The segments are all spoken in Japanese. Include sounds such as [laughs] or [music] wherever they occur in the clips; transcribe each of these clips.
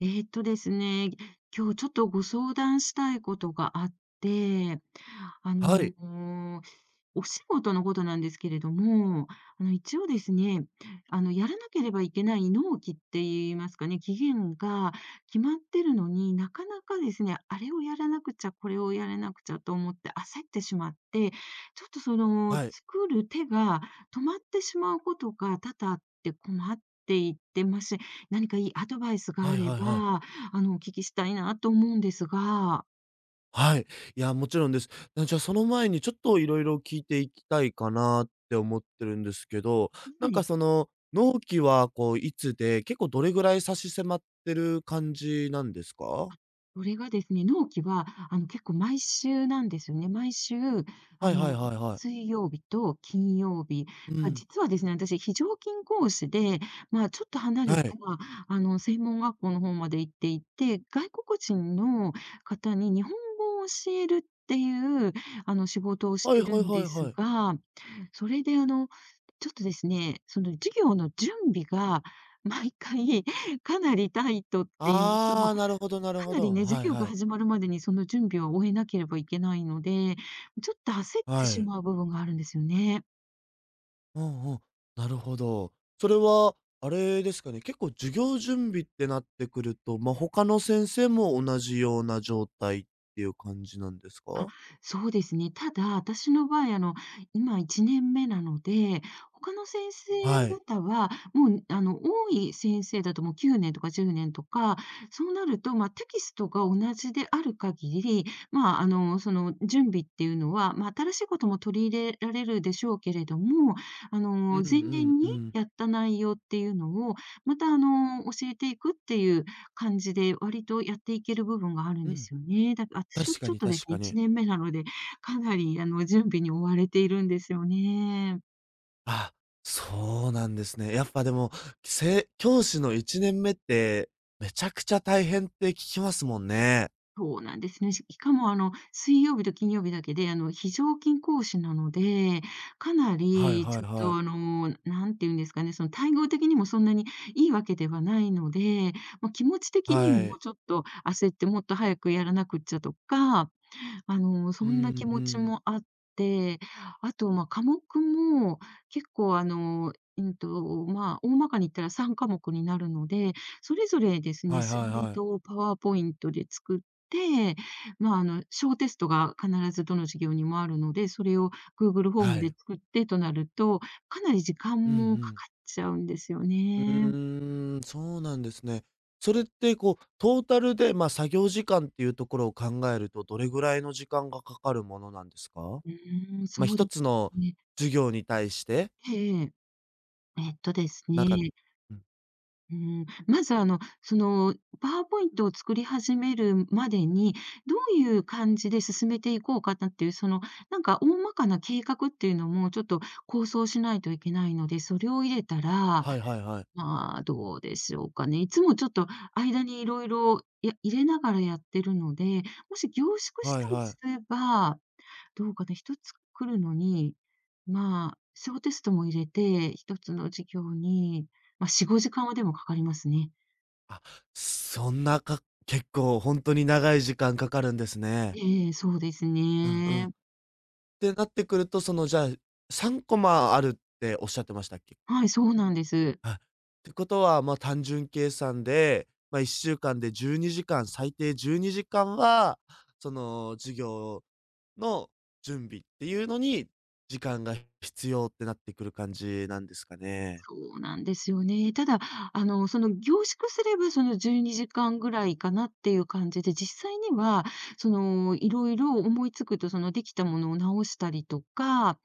ですね、今日ちょっとご相談したいことがあって、あはい。の、お仕事のことなんですけれども、一応ですね、やらなければいけない納期って言いますかね、期限が決まってるのになかなかですね、あれをやらなくちゃ、これをやらなくちゃと思って焦ってしまって、ちょっとその、はい。作る手が止まってしまうことが多々あって困っていってます。何かいいアドバイスがはあいれはいはば、い。お聞きしたいなと思うんですが。はい。いや、もちろんです。じゃあ、その前にちょっといろいろ聞いていきたいかなって思ってるんですけど、はい。納期はこういつで、結構どれぐらい差し迫ってる感じなんですか？それがですね、納期は、結構毎週なんですよね。毎週、はあいはいの、はいはい。水曜日と金曜日うが、ん。実はですね、私、非常勤講師で、まあ、ちょっと離れはた、い。専門学校の方まで行っていて、外国人の方に日本語を教えるっていう、仕事をしはいてはるいんはでいすはい。が、それでちょっとですね、その授業の準備が毎回 [laughs] かなりタイトって言いますか、もう、ああ、なるほどなるかほなりど。ね、授はい業がはい。始まるまでにその準備を終えなければいけないので、ちょっと焦ってはしい。まう部分があるんですよね。うんうん。なるほど。それは、あれですかね、結構授業準備ってなってくると、他の先生も同じような状態っていう感じなんですあ、か？そうですね。ただ、私の場合、今1年目なので、他の先生はい。方は、もう、多い先生だともう9年とか10年とか、そうなると、まあ、テキストが同じである限り、まあ、準備っていうのは、まあ、新しいことも取り入れられるでしょうけれども、うんう前ん年うにん。やった内容っていうのを、また、教えていくっていう感じで、割とやっていける部分があるんうでん。すよね。だあはちょ確かっにとです確ね、か1に。年目なので、かなり準備に追われているんですよね。あ、そうなんですね。やっぱでも、教師の1年目って、めちゃくちゃ大変って聞きますもんね。そうなんですね。かもあの、水曜日と金曜日だけで、非常勤講師なので、かなはいりはちいょっはとい。あの、なんていうんですかね、その待遇的にもそんなにいいわけではないので、まあ、気持ち的にはもい。ちょっと焦ってもっと早くやらなくっちゃとか、うそんなん気う持ちん。もあって、あと、まあ、科目も結構、まあ、大まかに言ったら3科目になるので、それぞれですはね、いスはいライはドい。をパワーポイントで作って、まあ、小テストが必ずどの授業にもあるので、それを Google フォーはムでい。作ってとなると、かなり時うんう間もかんかっちゃうんですようね。ーん、そうなんですね。それってこう、トータルで、まあ、作業時間っていうところを考えると、どれぐらいの時間がかかるものなんですか？うーん、まあ、そう一でつのすね。授業に対して、ええ。えっとですなんかねうん、うん、まず、パワーポイントを作り始めるまでに、どういう感じで進めていこうかなっていう、その、なんか、大まかな計画っていうのも、ちょっと構想しないといけないので、それを入れたら、はいはいはい。まあ、どうでしょうかね。いつもちょっと間にいろいろ入れながらやってるので、もし凝縮しはいたりはすい。れば、どうかな、1つ来るのに、まあ、小テストも入れて、1つの授業に、まあ、4、5時間はでもかかりますね。あ、そんなか結構本当に長い時間かかるんですね。ええ、そうですうんうん。っね。てなってくると、その、じゃあ、3コマあるっておっしゃってましたっけ？はい、そうなんです。あ、ってことは、まあ、単純計算で、まあ、1週間で12時間、最低12時間は、その、授業の準備っていうのに、時間が必要ってなってくる感じなんですかね。そうなんですよね。ただ、凝縮すれば、その、12時間ぐらいかなっていう感じで、実際には、その、いろいろ思いつくと、その、できたものを直したりとか、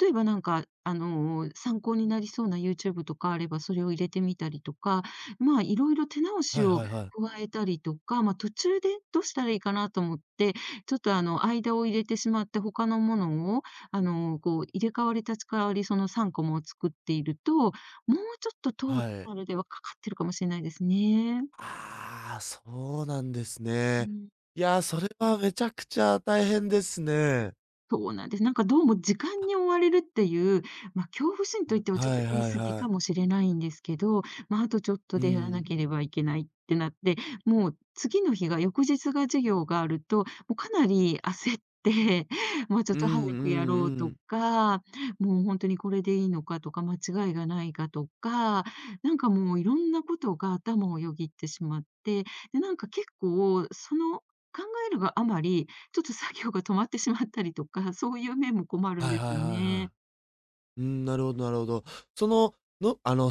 例えばなんか、参考になりそうな YouTube とかあれば、それを入れてみたりとか、まあ、いろいろ手直しはいをはいはい。加えたりとか、まあ、途中でどうしたらいいかなと思って、ちょっと、間を入れてしまって、他のものを、こう、入れ替わり立ち替わり、その3個も作っていると、もうちょっとトーはい。タルではかかってるかもしれないですね。ああ、そうなんですうね。ん。いや、それはめちゃくちゃ大変ですね。そうなんです。なんかどうも時間に追われるっていう、まあ、恐怖心と言ってはちょっはとい言いはい過ぎはかい。もしれないんですけど、まあ、あとちょっとうでやらなん。ければいけないってなって、もう次の日が翌日が授業があると、もうかなり焦って、[laughs] もうちょっうんうとん早くやろううとん。か、もう本当にこれでいいのかとか、間違いがないかとか、なんかもういろんなことが頭をよぎってしまって、で、なんか結構その考えるがあまりちょっと作業が止まってしまったりとか、[laughs] そういう面も困るんはいはでいすはいよね。はい。うん、なるほどなるほど。その、のあの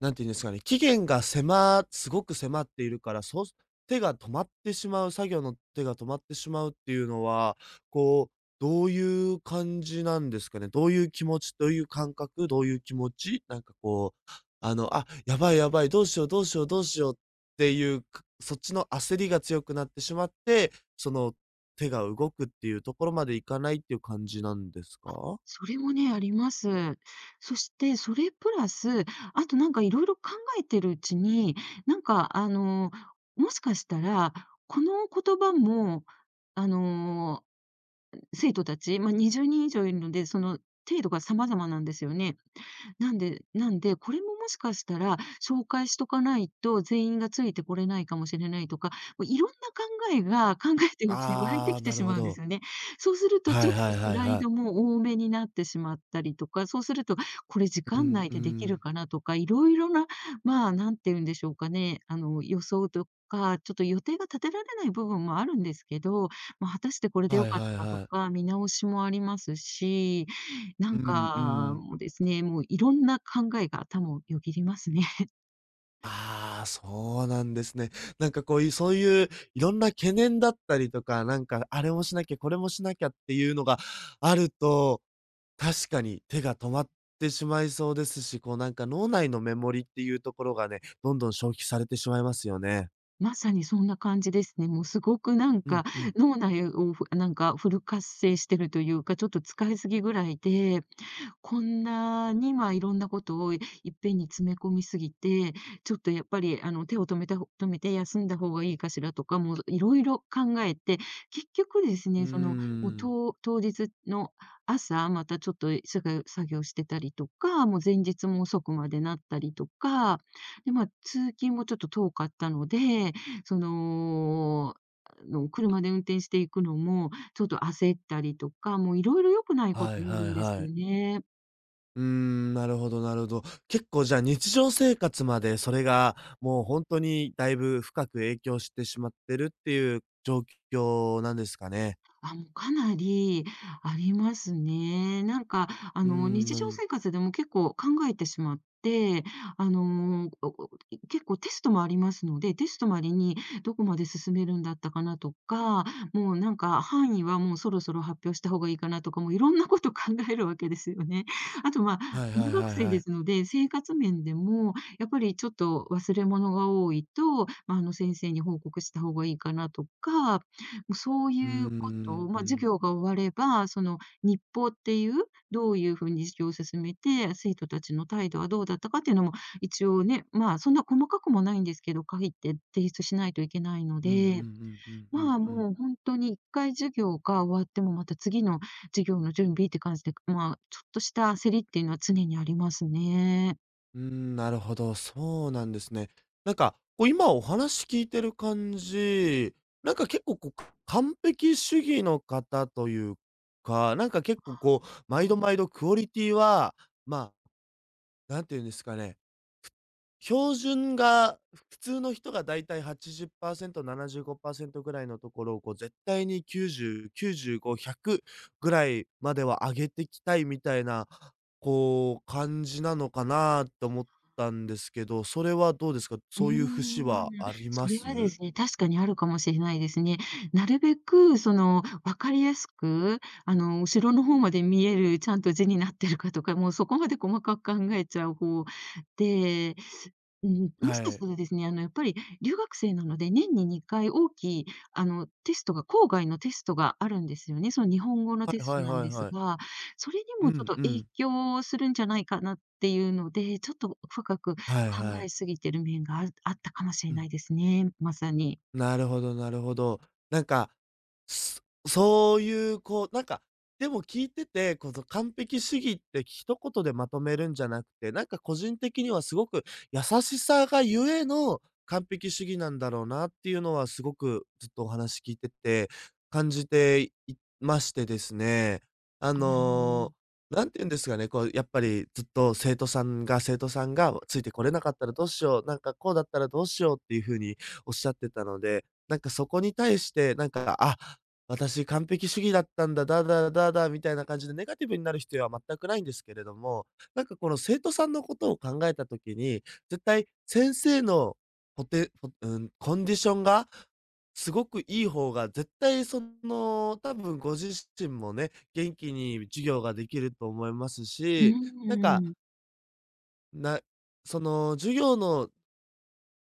なんて言うんですかね、期限がせますごく迫っているから、そう手が止まってしまう、作業の手が止まってしまうっていうのは、こう、どういう感じなんですかね？どういう気持ち、どういう感覚、どういう気持ち？なんかこう、あ、やばいやばい、どうしようどうしようどうしようっていう、っちの焦りが強くなってしまって、その、手が動くっていうところまでいかないっていう感じなんですか？それもね、あります。そして、それプラス、あとなんかいろいろ考えてるうちに、なんかあの、もしかしたら、この言葉も、あの、生徒たち、まあ、20人以上いるので、その程度が様々なんですよね。なんで、これももしかしたら、紹介しとかないと全員がついてこれないかもしれないとか、もういろんな考えが、考えてるうちに湧いあてあ、きてなるしほまうんでど。すよね。そうするとはちいょっとはいスはいライはい。ドも多めになってしまったりとか、そうすると、これ時う間ん内うでできるん。かなとか、いろいろな、まあ、何て言うんでしょうかね、予想とか、ちょっと予定が立てられない部分もあるんですけど、まあ、果たしてこれでは良いかっはいたかとはい。か、見直しもありますし、なうんんうか、ん。もうですね、もういろんな考えが頭をよぎりますね。[laughs] ああ、そうなんですね。なんかこういう、そういういろんな懸念だったりとか、なんかあれもしなきゃ、これもしなきゃっていうのがあると、確かに手が止まってしまいそうですし、こうなんか脳内のメモリっていうところがね、どんどん消費されてしまいますよね。まさにそんな感じですね。もうすごくなんうんか、うん。脳内をなんかフル活性してるというか、ちょっと使いすぎぐらいでこんなに、まあ、いろんなことをいっぺんに詰め込みすぎて、ちょっとやっぱり、手を止めたほ止めて休んだ方がいいかしらとか、もういろいろ考えて、結局ですうーね、その、もう、ん。当日の朝、またちょっと、作業してたりとか、もう前日も遅くまでなったりとか、で、まあ、通勤もちょっと遠かったので、その、車で運転していくのも、ちょっと焦ったりとか、もういろいろ良くないこはといがあはいるんですはい。よね。うーん、なるほどなるほど。結構じゃあ、日常生活までそれが、もうほんとにだいぶ深く影響してしまってるっていう状況なんですかね？あ、もうかなりありますね。なんか、うーん、日う常ん。生活でも結構考えてしまって、あの、おお結構テストもありますので、テストまでにどこまで進めるんだったかなとか、もうなんか範囲はもうそろそろ発表した方がいいかなとか、もういろんなこと考えるわけですよね。あと、まあ、はいは留いは学い生はでい。すので、生活面でもやっぱりちょっと忘れ物が多いと、まあ、先生に報告した方がいいかなとか、もうそううーいうことを、ん、まうあ、授ん。業が終われば、その日報っていう、どういうふうに授業を進めて、生徒たちの態度はどうだったかっていうのも、一応ね、まあ、そんな細かくもないんですけど、書いて提出しないといけないのうんうんうで、んうんうんまあ、うん。もう本当に1回授業が終わっても、また次の授業の準備って感じで、まあ、ちょっとした焦りっていうのは常にありますね。うーん、なるほど、そうなんですね。なんか、こう、今お話聞いてる感じ、なんか結構こう、完璧主義の方というか、なんか結構こう、毎度毎度クオリティは、まあ、なんて言うんですかね、標準が普通の人がだいたい80%、75%ぐらいのところを、こう絶対に90、95、100ぐらいまでは上げてきたいみたいな、こう感じなのかなと思ったんですけど、それはどうですか？うーそういう節はん、ありそまれす？はですね、確かにあるかもしれないですね。なるべく、その、分かりやすく、後ろの方まで見える、ちゃんと字になってるかとか、もうそこまで細かく考えちゃう方で、うん、もしはかしい。たらですね、やっぱり留学生なので、年に2回大きい、テストが郊外のテストがあるんですよね。その日本語のはテいスはトいなんはいですはい。が、それにうもちょっんとう影ん。響するんじゃないかなっていうので、ちょっと深く考はいはえい。すぎてる面があるあったかもしれうなん。いですね、まさに。なるほどなるほど。なんかすそういうこう、でも聞いてて、この完璧主義って一言でまとめるんじゃなくて、なんか個人的にはすごく優しさがゆえの完璧主義なんだろうなっていうのはすごくずっとお話聞いてて感じていましてですね。ああの、の、なんて言うんですかね、こうやっぱりずっと生徒さんが「ついてこれなかったらどうしよう」、「なんかこうだったらどうしよう」っていう風におっしゃってたので、なんかそこに対してなんか、あ、私完璧主義だったんだ、だだだだみたいな感じでネガティブになる必要は全くないんですけれども、なんかこの生徒さんのことを考えた時に、絶対先生のこてこうん、コンディションがすごくいい方が、絶対その、多分ご自身もね、元気に授業ができると思いますうし、なんか、ーん。なその授業の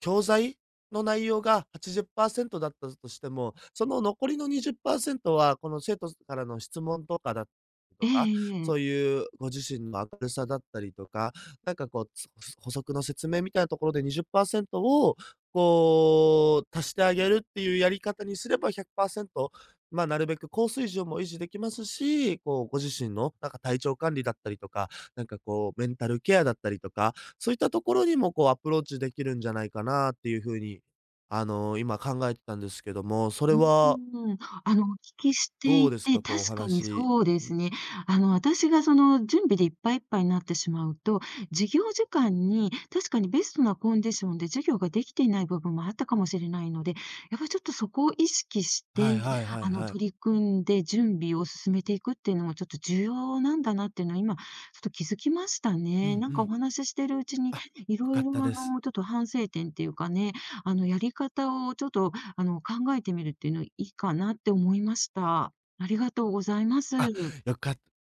教材の内容が80%だったとしても、その残りの20%は、この生徒からの質問とかだったりとえか、ええそえういうご自身の明るさだったりとか、なんかこう、補足の説明みたいなところで20%を、こう、足してあげるっていうやり方にすれば100%、まあ、なるべく高水準も維持できますし、こう、ご自身のなんか体調管理だったりとか、なんかこうメンタルケアだったりとかそういったところにもこうアプローチできるんじゃないかなっていう風に、あの、今考えてたんですけども、それうはーん、お聞きしてどういですて、か？こうお確かに話、そうでいすね。私がその準備でいっぱいいっぱいになってしまうと、授業時間に確かにベストなコンディションで授業ができていない部分もあったかもしれないので、やっぱりちょっとそこを意識して、はいはいはいはい。取り組んで準備を進めていくっていうのもちょっと重要なんだなっていうのは今、ちょっと気づきましたうね。んなんうかおん。話ししてるうちに、あ、よいろかいっろたです。ちょっと反省点っていうかね、やり方をちょっと考えてみるっていうのいいかなって思いました。ありがとうございます。あ、よかった、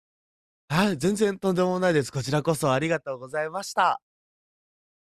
はい、全然とんでもないです。こちらこそありがとうございました。